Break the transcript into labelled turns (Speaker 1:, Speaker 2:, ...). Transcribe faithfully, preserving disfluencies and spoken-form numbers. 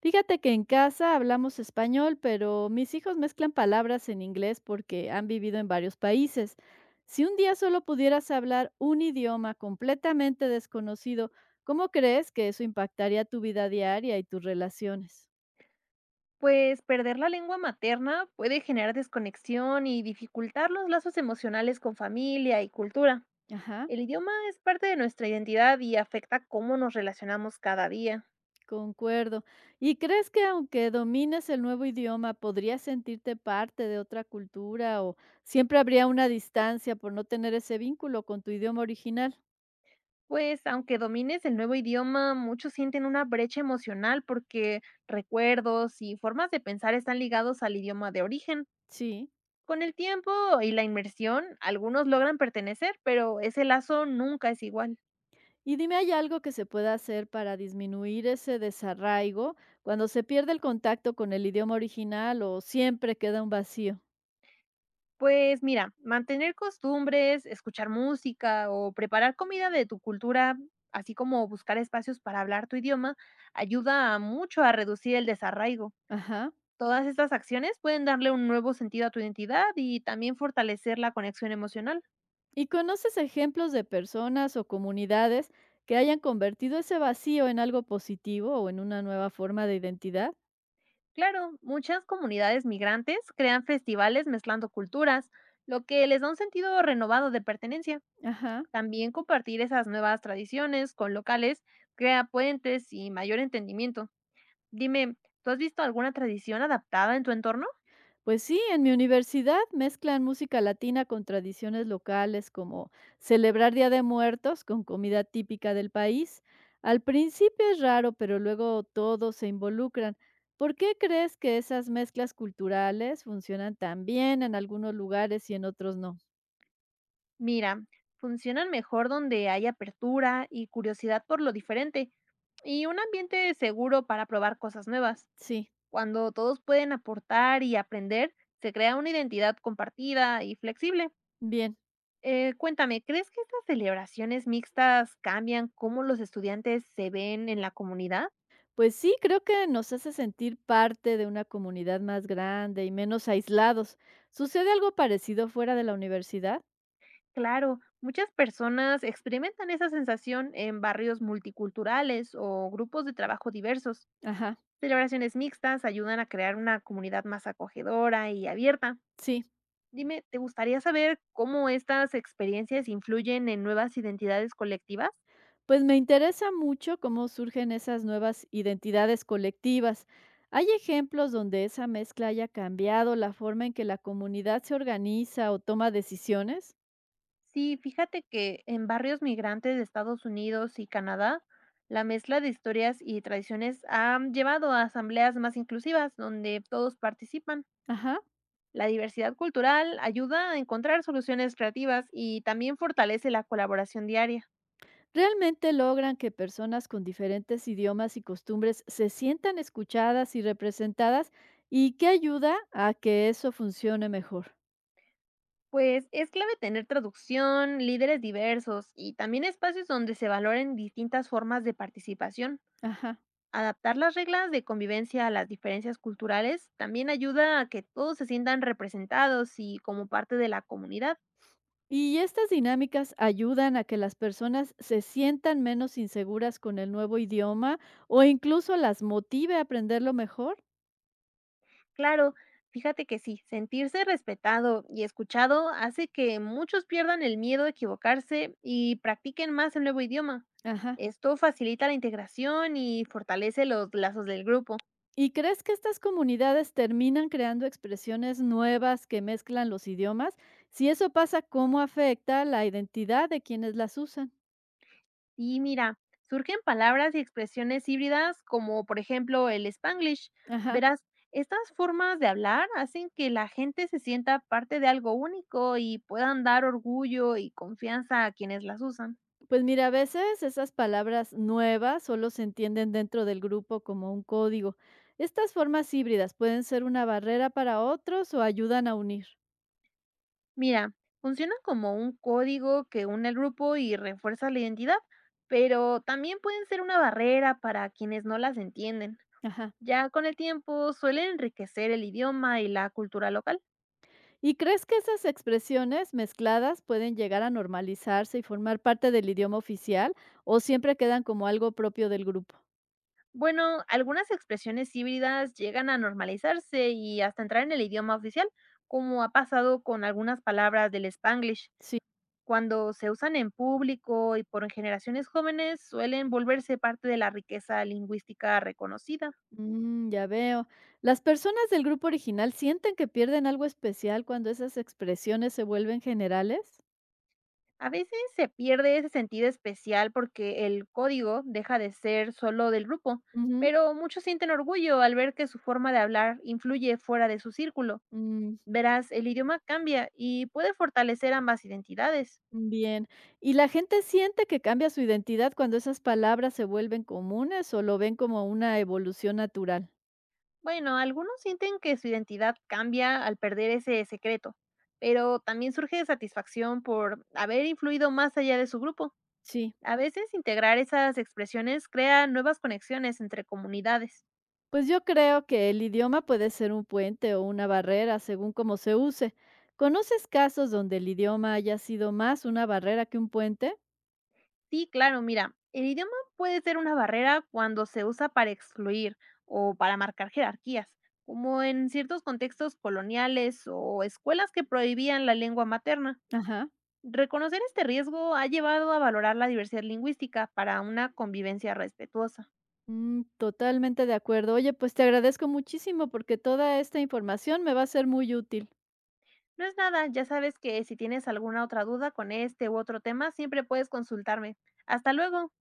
Speaker 1: Fíjate que en casa hablamos español, pero mis hijos mezclan palabras en inglés porque han vivido en varios países. Si un día solo pudieras hablar un idioma completamente desconocido, ¿cómo crees que eso impactaría tu vida diaria y tus relaciones?
Speaker 2: Pues perder la lengua materna puede generar desconexión y dificultar los lazos emocionales con familia y cultura.
Speaker 1: Ajá,
Speaker 2: El idioma es parte de nuestra identidad y afecta cómo nos relacionamos cada día.
Speaker 1: concuerdo. ¿Y crees que aunque domines el nuevo idioma, podrías sentirte parte de otra cultura o siempre habría una distancia por no tener ese vínculo con tu idioma original?
Speaker 2: Pues aunque domines el nuevo idioma, muchos sienten una brecha emocional porque recuerdos y formas de pensar están ligados al idioma de origen.
Speaker 1: Sí.
Speaker 2: Con el tiempo y la inmersión, algunos logran pertenecer, pero ese lazo nunca es igual.
Speaker 1: Y dime, ¿hay algo que se pueda hacer para disminuir ese desarraigo cuando se pierde el contacto con el idioma original o siempre queda un vacío?
Speaker 2: Pues mira, mantener costumbres, escuchar música o preparar comida de tu cultura, así como buscar espacios para hablar tu idioma, ayuda mucho a reducir el desarraigo.
Speaker 1: Ajá.
Speaker 2: Todas estas acciones pueden darle un nuevo sentido a tu identidad y también fortalecer la conexión emocional.
Speaker 1: ¿Y conoces ejemplos de personas o comunidades que hayan convertido ese vacío en algo positivo o en una nueva forma de identidad?
Speaker 2: Claro, muchas comunidades migrantes crean festivales mezclando culturas, lo que les da un sentido renovado de pertenencia.
Speaker 1: Ajá.
Speaker 2: También compartir esas nuevas tradiciones con locales crea puentes y mayor entendimiento. Dime, ¿tú has visto alguna tradición adaptada en tu entorno?
Speaker 1: Pues sí, en mi universidad mezclan música latina con tradiciones locales como celebrar Día de Muertos con comida típica del país. Al principio es raro, pero luego todos se involucran. ¿Por qué crees que esas mezclas culturales funcionan tan bien en algunos lugares y en otros no?
Speaker 2: Mira, funcionan mejor donde hay apertura y curiosidad por lo diferente y un ambiente seguro para probar cosas nuevas.
Speaker 1: Sí,
Speaker 2: Cuando todos pueden aportar y aprender, se crea una identidad compartida y flexible.
Speaker 1: bien.
Speaker 2: Eh, cuéntame, ¿crees que estas celebraciones mixtas cambian cómo los estudiantes se ven en la comunidad?
Speaker 1: Pues sí, creo que nos hace sentir parte de una comunidad más grande y menos aislados. ¿Sucede algo parecido fuera de la universidad?
Speaker 2: Claro, muchas personas experimentan esa sensación en barrios multiculturales o grupos de trabajo diversos.
Speaker 1: Ajá,
Speaker 2: Celebraciones mixtas ayudan a crear una comunidad más acogedora y abierta.
Speaker 1: sí.
Speaker 2: Dime, ¿te gustaría saber cómo estas experiencias influyen en nuevas identidades colectivas?
Speaker 1: Pues me interesa mucho cómo surgen esas nuevas identidades colectivas. ¿Hay ejemplos donde esa mezcla haya cambiado la forma en que la comunidad se organiza o toma decisiones?
Speaker 2: Sí, fíjate que en barrios migrantes de Estados Unidos y Canadá, la mezcla de historias y tradiciones ha llevado a asambleas más inclusivas donde todos participan.
Speaker 1: Ajá.
Speaker 2: La diversidad cultural ayuda a encontrar soluciones creativas y también fortalece la colaboración diaria.
Speaker 1: ¿Realmente logran que personas con diferentes idiomas y costumbres se sientan escuchadas y representadas? ¿Y qué ayuda a que eso funcione mejor?
Speaker 2: Pues es clave tener traducción, líderes diversos y también espacios donde se valoren distintas formas de participación.
Speaker 1: Ajá.
Speaker 2: Adaptar las reglas de convivencia a las diferencias culturales también ayuda a que todos se sientan representados y como parte de la comunidad.
Speaker 1: Y estas dinámicas ayudan a que las personas se sientan menos inseguras con el nuevo idioma o incluso las motive a aprenderlo mejor.
Speaker 2: Claro, fíjate que sí, sentirse respetado y escuchado hace que muchos pierdan el miedo a equivocarse y practiquen más el nuevo idioma.
Speaker 1: Ajá.
Speaker 2: Esto facilita la integración y fortalece los lazos del grupo.
Speaker 1: ¿Y crees que estas comunidades terminan creando expresiones nuevas que mezclan los idiomas? Si eso pasa, ¿cómo afecta la identidad de quienes las usan?
Speaker 2: Y mira, surgen palabras y expresiones híbridas como por ejemplo el spanglish.
Speaker 1: Ajá.
Speaker 2: Verás, estas formas de hablar hacen que la gente se sienta parte de algo único y puedan dar orgullo y confianza a quienes las usan.
Speaker 1: Pues mira, a veces esas palabras nuevas solo se entienden dentro del grupo como un código. Estas formas híbridas pueden ser una barrera para otros o ayudan a unir.
Speaker 2: Mira, funcionan como un código que une al grupo y refuerza la identidad, pero también pueden ser una barrera para quienes no las entienden.
Speaker 1: Ajá.
Speaker 2: Ya con el tiempo suelen enriquecer el idioma y la cultura local.
Speaker 1: ¿Y crees que esas expresiones mezcladas pueden llegar a normalizarse y formar parte del idioma oficial o siempre quedan como algo propio del grupo?
Speaker 2: Bueno, algunas expresiones híbridas llegan a normalizarse y hasta entrar en el idioma oficial, como ha pasado con algunas palabras del Spanglish.
Speaker 1: Sí.
Speaker 2: Cuando se usan en público y por generaciones jóvenes, suelen volverse parte de la riqueza lingüística reconocida.
Speaker 1: Mm, ya veo. ¿Las personas del grupo original sienten que pierden algo especial cuando esas expresiones se vuelven generales?
Speaker 2: A veces se pierde ese sentido especial porque el código deja de ser solo del grupo,
Speaker 1: Ujú.
Speaker 2: pero muchos sienten orgullo al ver que su forma de hablar influye fuera de su círculo.
Speaker 1: Mm,
Speaker 2: Verás, el idioma cambia y puede fortalecer ambas identidades.
Speaker 1: bien. ¿Y la gente siente que cambia su identidad cuando esas palabras se vuelven comunes o lo ven como una evolución natural?
Speaker 2: Bueno, algunos sienten que su identidad cambia al perder ese secreto, pero también surge satisfacción por haber influido más allá de su grupo.
Speaker 1: Sí.
Speaker 2: A veces integrar esas expresiones crea nuevas conexiones entre comunidades.
Speaker 1: Pues yo creo que el idioma puede ser un puente o una barrera según cómo se use. ¿Conoces casos donde el idioma haya sido más una barrera que un puente?
Speaker 2: Sí, claro, mira, el idioma puede ser una barrera cuando se usa para excluir o para marcar jerarquías, como en ciertos contextos coloniales o escuelas que prohibían la lengua materna.
Speaker 1: Ajá.
Speaker 2: Reconocer este riesgo ha llevado a valorar la diversidad lingüística para una convivencia respetuosa.
Speaker 1: Mm, totalmente de acuerdo. Oye, pues te agradezco muchísimo porque toda esta información me va a ser muy útil.
Speaker 2: No es nada, ya sabes que si tienes alguna otra duda con este u otro tema, siempre puedes consultarme. Hasta luego.